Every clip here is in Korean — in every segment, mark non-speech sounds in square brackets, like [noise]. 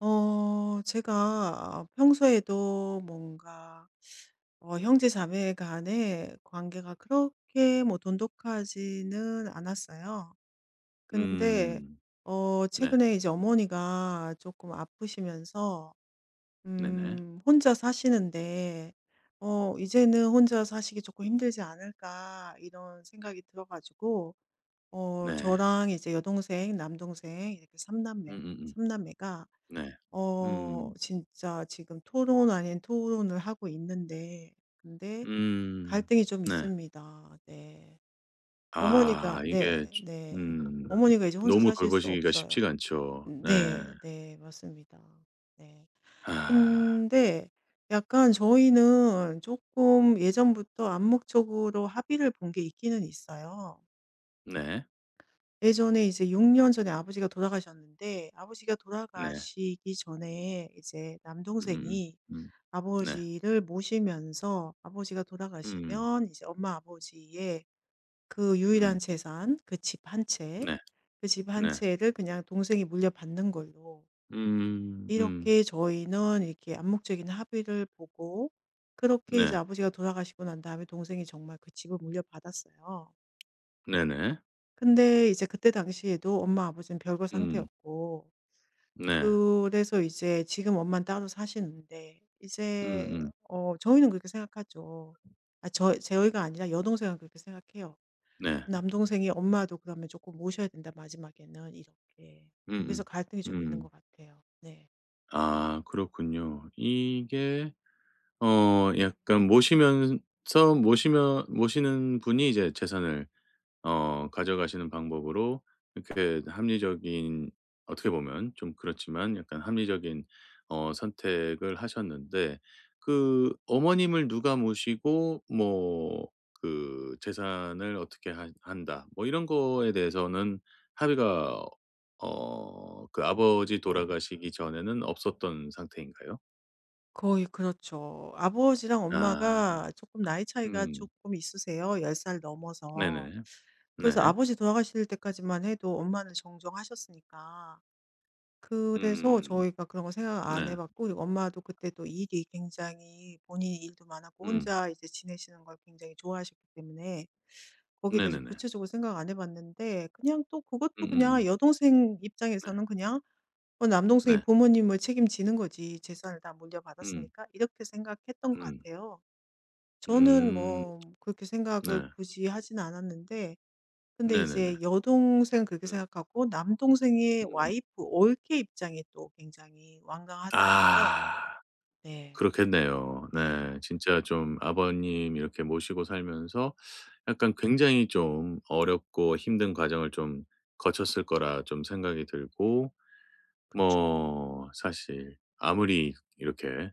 제가 평소에도 뭔가 형제 자매 간의 관계가 그렇게 뭐 돈독하지는 않았어요. 근데 음. 네. 최근에 이제 어머니가 조금 아프시면서 네네. 혼자 사시는데 '이제는 혼자 사시기 조금 힘들지 않을까.' 이런 생각이 들어 가지고 네. 저랑 이제 여동생, 남동생 이렇게 음음음. 삼 남매가 네. 음. 진짜 지금 토론 아닌 토론을 하고 있는데 근데 음. 갈등이 좀 네. 있습니다. 네. 어머니가 아 이게 네, 주 네. 음 어머니가 이제 혼자 너무 사실 수 돌보시기가 없어요. 쉽지가 않죠. 네. 네, 네. 맞습니다. 네. 아. 근데 약간 저희는 조금 예전부터 암묵적으로 합의를 본 게 있기는 있어요. 네. 예전에 이제 6년 년 전에 아버지가 돌아가셨는데 아버지가 네. 돌아가시기 전에 이제 음음음. 남동생이 음. 네. 아버지를 모시면서 아버지가 음. 돌아가시면 이제 엄마 아버지의 그 유일한 음. 재산, 그 집 한 채, 네. 그 집 한 네. 채를 그냥 동생이 물려받는 걸로 음. 음. 이렇게 저희는 이렇게 암묵적인 합의를 보고 그렇게 이제 네. 아버지가 돌아가시고 난 다음에 동생이 정말 그 집을 물려받았어요. 네네. 근데 이제 그때 당시에도 엄마 아버지는 별거 음. 상태였고 네. 그래서 이제 지금 엄만 따로 사시는데 이제 음음. 저희는 그렇게 생각하죠. 아 저희가 아니라 여동생은 그렇게 생각해요. 네. 남동생이 "엄마도 그러면 조금 모셔야 된다, 마지막에는." 이렇게. 그래서 음음. 갈등이 좀 있는 음. 것 같아요. 네. 아 그렇군요. 이게 어 약간 모시면서 모시면 모시는 분이 이제 재산을 어 가져가시는 방법으로 이렇게 합리적인 어떻게 보면 좀 그렇지만 약간 합리적인 어 선택을 하셨는데 그 어머님을 누가 모시고 뭐 그 재산을 어떻게 한 한다 뭐 이런 거에 대해서는 합의가 어 그 아버지 돌아가시기 전에는 없었던 상태인가요? 거의 그렇죠. 아버지랑 아. 네. 엄마가 조금 나이 차이가 음. 조금 있으세요, 10살 넘어서. 네네. 그래서 네. 아버지 돌아가실 때까지만 해도 엄마는 정정하셨으니까 그래서 음. 저희가 그런 거 생각 안 해 네. 봤고 그리고 엄마도 그때 또 일이 굉장히 본인이 일도 많았고 음. 혼자 이제 지내시는 걸 굉장히 좋아하셨기 때문에 거기에 대해서 네네네. 구체적으로 생각 안 해 봤는데 그냥 또 그것도 그냥 음음음. 여동생 네. 입장에서는 그냥 남동생이 네. 부모님을 책임지는 거지. 재산을 다 음. 물려받았으니까.' 이렇게 생각했던 것 음. 같아요. 저는 음. 뭐 그렇게 생각을 네. 굳이 하진 않았는데 근데 네네네. 이제 여동생 그렇게 음. 생각하고 남동생의 음. 와이프 올케 입장이 또 굉장히 완강하더라고요. 아. 네. 그렇겠네요. 네. 네. 진짜 좀 아버님 이렇게 모시고 살면서 약간 굉장히 좀 어렵고 힘든 과정을 좀 거쳤을 거라 좀 생각이 들고 그쵸. 뭐 사실 아무리 이렇게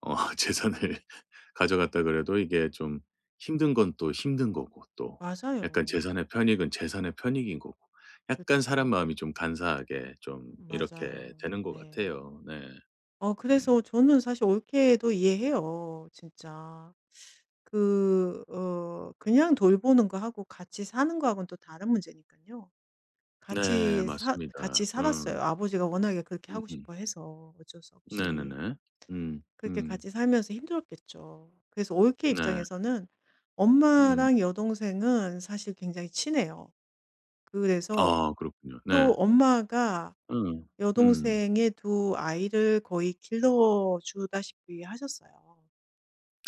어 [laughs] 재산을 가져갔다 그래도 이게 좀 힘든 건 또 힘든 거고 또 약간 맞아요. 재산의 편익은 재산의 편익인 거고 약간 사람 그쵸. 마음이 좀 간사하게 좀 이렇게 맞아요. 되는 것 네. 같아요. 네. 음. 그래서 저는 사실 올케도 이해해요. 진짜. 그냥 돌보는 거하고 같이 사는 거하고는 또 다른 문제니까요. 네 맞습니다. 같이 음. 살았어요. 아버지가 워낙에 그렇게 하고 음음. 싶어 해서 어쩔 수 없이. 네네네. 음. 그렇게 음. 같이 살면서 힘들었겠죠. 그래서 올케 네. 입장에서는 음. 엄마랑 여동생은 사실 굉장히 친해요. 그래서 아 그렇군요. 네. 또 엄마가 음. 음. 여동생의 두 아이를 거의 길러주다시피 하셨어요.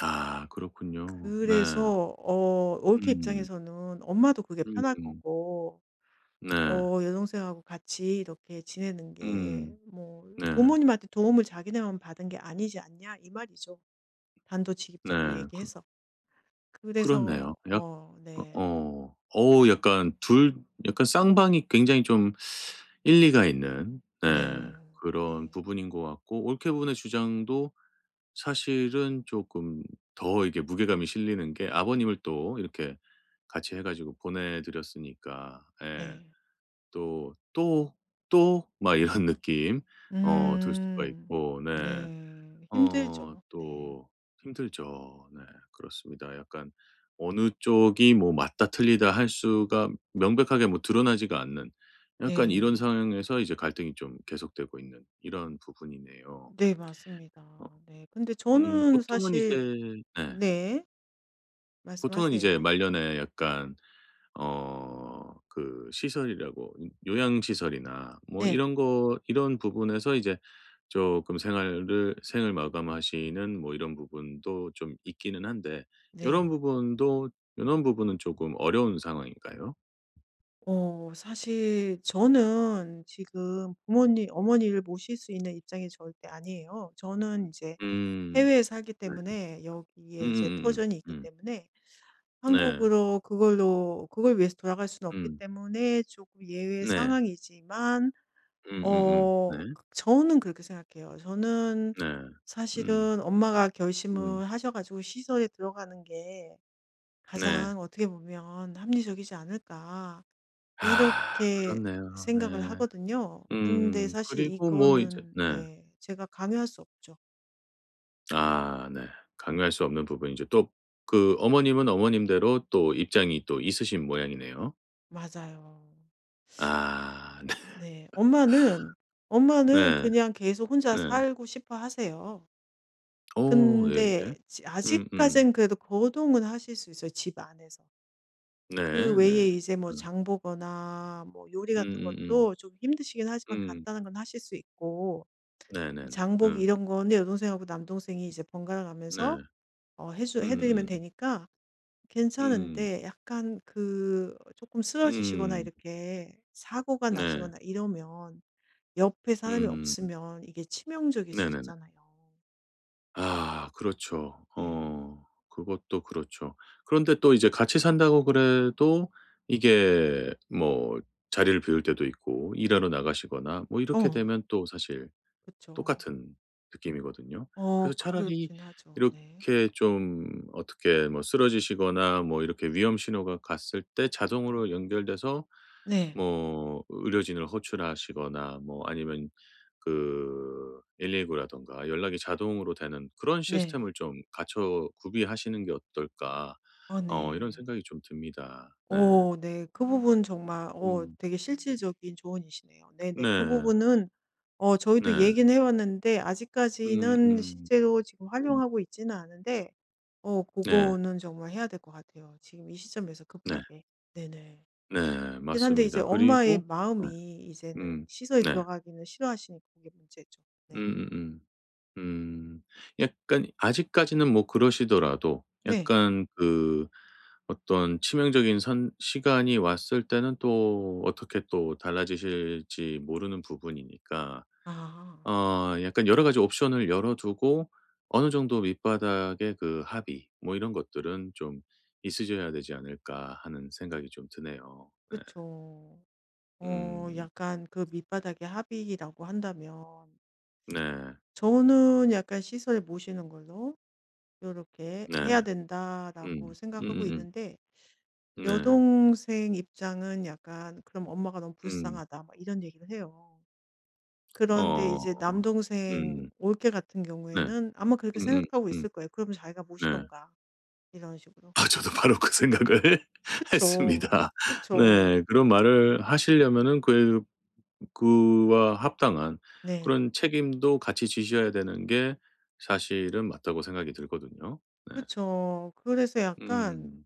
아 그렇군요. 네. 그래서 올케 음. 입장에서는 엄마도 그게 편할 음. 거고 네. 여동생하고 같이 이렇게 지내는 게 음. 뭐 네. 부모님한테 도움을 자기네만 받은 게 아니지 않냐 이 말이죠. 네. 단도직입적으로 그 얘기해서. 그렇네요. 그래서 어, 네. 어. 어 약간 둘, 약간 쌍방이 굉장히 좀 일리가 있는 네 네. 그런 네. 부분인 것 같고 올케분의 주장도 사실은 조금 더 이게 무게감이 실리는 게 아버님을 또 이렇게 같이 해 가지고 보내 드렸으니까 예. 네. 또, 또, 또 막 이런 [laughs] 느낌 어 들 수가 음. 있고 네. 네. 어 힘들죠. 네. 또 힘들죠. 네 그렇습니다. 약간 어느 쪽이 뭐 맞다 틀리다 할 수가 명백하게 뭐 드러나지가 않는 약간 이런 네. 상황에서 이제 갈등이 좀 계속되고 있는 이런 부분이네요. 네, 맞습니다. 어 네. 근데 음 저는 보통은 이제 사실 네 네. 보통은 이제 말씀하세요. 말년에 약간 어 그 시설이라고 요양시설이나 뭐 네. 이런 거 이런 부분에서 이제 조금 생활을 생을 마감하시는 뭐 이런 부분도 좀 있기는 한데 요런 네. 부분도 요런 부분은 조금 어려운 상황인가요? 사실 저는 지금 부모님 어머니를 모실 수 있는 입장이 절대 아니에요. 저는 이제 음. 해외에 살기 네. 때문에 여기에 이제 터전이 음. 있기 때문에 네. 한국으로 그걸 위해서 돌아갈 수는 없기 음. 때문에 조금 예외 네. 상황이지만 네. 저는 그렇게 생각해요. 저는 네. 음. 사실은 엄마가 음. 결심을 하셔 가지고 시설에 들어가는 게 네. 가장 어떻게 보면 '합리적이지 않을까.' 아 이렇게 그렇네요. 생각을 네. 하거든요. 근데 음. 사실 그리고 뭐 이제 이거는 네. 네 제가 강요할 수 없죠. 아 네. 강요할 수 없는 부분이죠. 또 그 어머님은 어머님대로 또 입장이 또 있으신 모양이네요. 맞아요. 아 [laughs] 네. 엄마는 네. 네. 그냥 계속 혼자 네. 살고 싶어 하세요. 어 예예. 근데 지 음음. 아직까진 그래도 거동은 하실 수 있어요, 집 안에서. 네 네. 외에 이제 뭐 음. 장 보거나 뭐 요리 같은 음음음. 것도 좀 힘드시긴 하지만 음. 간단한 건 하실 수 있고 네네네. 장 보기 음. 이런 거는 여동생하고 남동생이 이제 번갈아 가면서 네. 어 해주 해 드리면 음음. 되니까 음. 괜찮은데 약간 그 조금 쓰러지시거나 이렇게 사고가 네. 음. 음. 네. 나시거나 이러면 옆에 사람이 음. 없으면 이게 치명적일 수 네네네. 있잖아요. 아 그렇죠. 네. 어 그것도 그렇죠. 그런데 또 이제 같이 산다고 그래도 이게 뭐 자리를 비울 때도 있고 일하러 나가시거나 뭐 이렇게 어. 되면 또 사실 그쵸. 똑같은 느낌이거든요. 그래서 차라리 그렇긴 하죠. 네. 이렇게 좀 어떻게 뭐 쓰러지시거나 뭐 이렇게 위험 신호가 갔을 때 자동으로 연결돼서 네. 뭐 의료진을 호출하시거나 뭐 아니면 그 119라든가 연락이 자동으로 되는 그런 네. 시스템을 좀 갖춰 구비하시는 게 어떨까?' 어, 어 이런 네. 생각이 좀 듭니다. 네. 어, 네. 그 부분 정말 음. 되게 실질적인 조언이시네요. 네네. 그 네. 부분은 저희도 네. 얘기는 해 왔는데 음 아직까지는 음. 실제로 지금 음. 활용하고 있지는 않은데 그 네. 거는 정말 해야 될 것 같아요, 지금 이 시점에서 네. 급하게. 네네. 네. 그긴 한데 이제 맞습니다. 엄마의 그리고 네. 마음이 이제는 음. 시설에 네. 들어가기는 싫어하시니까 그게 문제죠. 네. 음음음. 음. 약간 아직까지는 뭐 그러시더라도 네. 약간 그 어떤 치명적인 선 시간이 왔을 때는 또 어떻게 또 달라지실지 모르는 부분이니까 아 어 약간 여러 가지 옵션을 열어 두고 어느 정도 '밑바닥의 그 합의 뭐 이런 것들은 좀 있으셔야 되지 않을까.' 하는 생각이 좀 드네요. 네. 그쵸. 음. 약간 그 밑바닥의 합의라고 한다면 네. 저는 약간 시설을 모시는 걸로 이렇게 해야 네. 된다라고 음. 생각하고 음음음. 있는데 네. 여동생 입장은 약간 "그럼 엄마가 너무 음. 불쌍하다." 막 이런 얘기를 해요. 그런데 어. 이제 남동생 음. 올케 같은 네. 경우에는 아마 그렇게 음음 생각하고 음. 있을 거예요. 그럼 자기가 모시 네. 던가 이런 식으로. 아 저도 바로 그 생각을 [laughs] 그쵸. 했습니다. 네. 그쵸. 그런 말을 하시려면은 그 그와 합당한 네. 그런 책임도 같이 지셔야 되는 게 사실은 맞다고 생각이 들거든요. 네. 그쵸. 그래서 약간 음.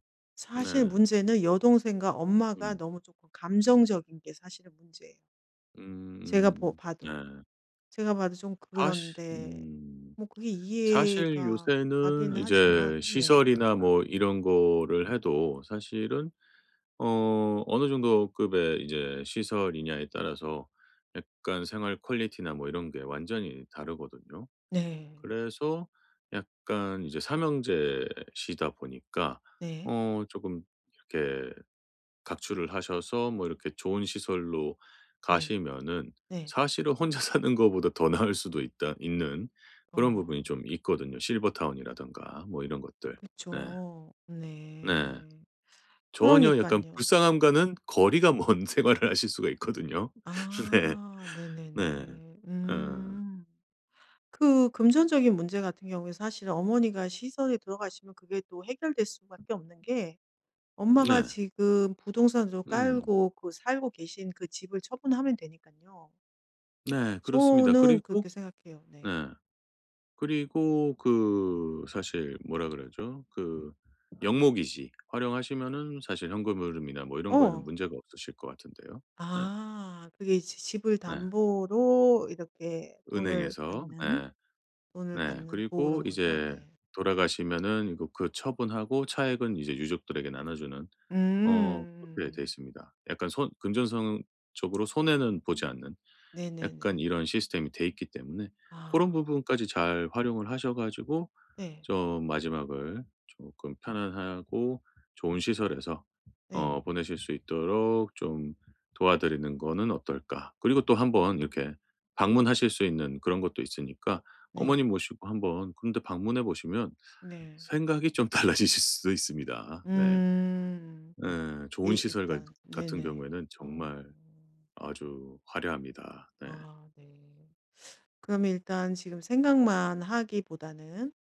네. 사실 문제는 여동생과 엄마가 음. 너무 조금 감정적인 게 사실은 문제예요. 음. 제가 보 음. 네. 봐도. 제가 봐도 좀 사실 그런데 뭐 그게 사실 이해가 가긴 요새는 이제 하지만 네. 시설이나 뭐 이런 거를 해도 사실은 어 어느 정도 급의 이제 시설이냐에 따라서 약간 생활 퀄리티나 뭐 이런 게 완전히 다르거든요. 네. 그래서 약간 이제 삼형제시다 보니까 네. 어 조금 이렇게 각출을 하셔서 뭐 이렇게 좋은 시설로 네. 가시면은 네. 사실은 혼자 [laughs] 사는 거보다 더 나을 수도 있다 있는 어 그런 부분이 좀 있거든요. 실버타운이라든가 뭐 이런 것들. 네. 그쵸. 네. 네. 전혀 약간 그러니깐요. 불쌍함과는 거리가 먼 [laughs] 생활을 하실 수가 있거든요. [laughs] 네. 아 네. 네네네. 어. 음. 그 금전적인 문제 같은 경우에 사실 어머니가 시설에 들어가시면 그게 또 해결될 수밖에 없는 게 엄마가 네. 지금 부동산으로 음. 깔고 그 살고 계신 그 집을 처분하면 되니까요. 네. 그렇습니다. 저는 그리고 그렇게 생각해요. 네. 네. 그리고 그 사실 뭐라 그러죠? 그 영목이지 활용하시면은 사실 현금 흐름이나 뭐 이런 거에는 어. 문제가 없으실 것 같은데요. 네. 아 그게 이제 집을 네. 담보로 이렇게 은행에서 네. 돈을 네. 받는 그 그리고 런 거죠? 이제 네. 돌아가시면은 이거 그 처분하고 차액은 이제 유족들에게 나눠 주는 어 그렇게 돼 음. 있습니다. 약간 손 금전성적으로 손해는 보지 않는 네네네. 약간 이런 시스템이 돼 있기 때문에 그런 아. 부분까지 잘 활용을 하셔 가지고 네. 좀 마지막을 조금 편안하고 좋은 시설에서 네. 어 보내실 수 있도록 좀 도와드리는 거는 어떨까? 그리고 또 한번 이렇게 방문하실 수 있는 그런 것도 있으니까 네. 어머님 모시고 한번 그런데 방문해 보시면 네. 생각이 좀 [laughs] 달라지실 수도 있습니다. 네. 음. 예. 예 좋은 시설 같 일단 같은 네네. 경우에는 어. 정말 아주 화려합니다. 네. 아 네. 그러면 일단 지금 생각만 하기보다는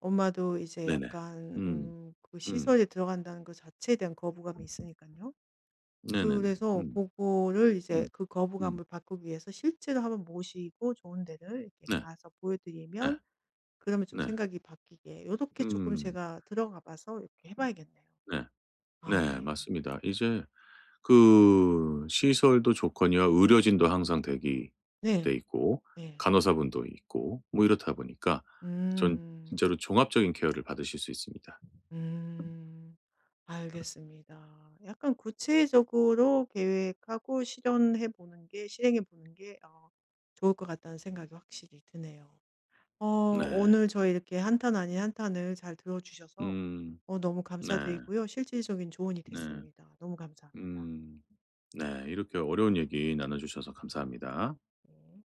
엄마도 이제 네네. 약간 음. 그 음. 시설에 들어간다는 것 자체에 대한 거부감이 있으니까요. 네네네. 그래서 음. 그거를 이제 음. 그 음. 거부감을 바꾸기 위해서 실제로 한번 모시고 좋은 데를 이렇게 네. 가서 네. 보여드리면 그러면 좀 네. 생각이 바뀌게 요렇게 조금 음. 제가 들어가 봐서 이렇게 해 봐야겠네요. 네. 아 네. 네. 맞습니다. 이제 그 시설도 좋거니와 의료진도 항상 대기돼 네. 있고 네. 간호사분도 있고 뭐 이렇다 보니까 전 음. 진짜로 종합적인 케어를 받으실 수 있습니다. 음. 알겠습니다. 약간 구체적으로 계획하고 실현해 보는 게 실행해 보는 게 좋을 것 같다는 생각이 확실히 드네요. 네. 오늘 저 이렇게 한탄 아닌 한탄을 잘 들어 주셔서 음. 너무 네. 감사드리고요. 실질적인 조언이 네. 됐습니다. 너무 감사합니다. 음. 네. 이렇게 어려운 얘기 나눠 주셔서 감사합니다. 네.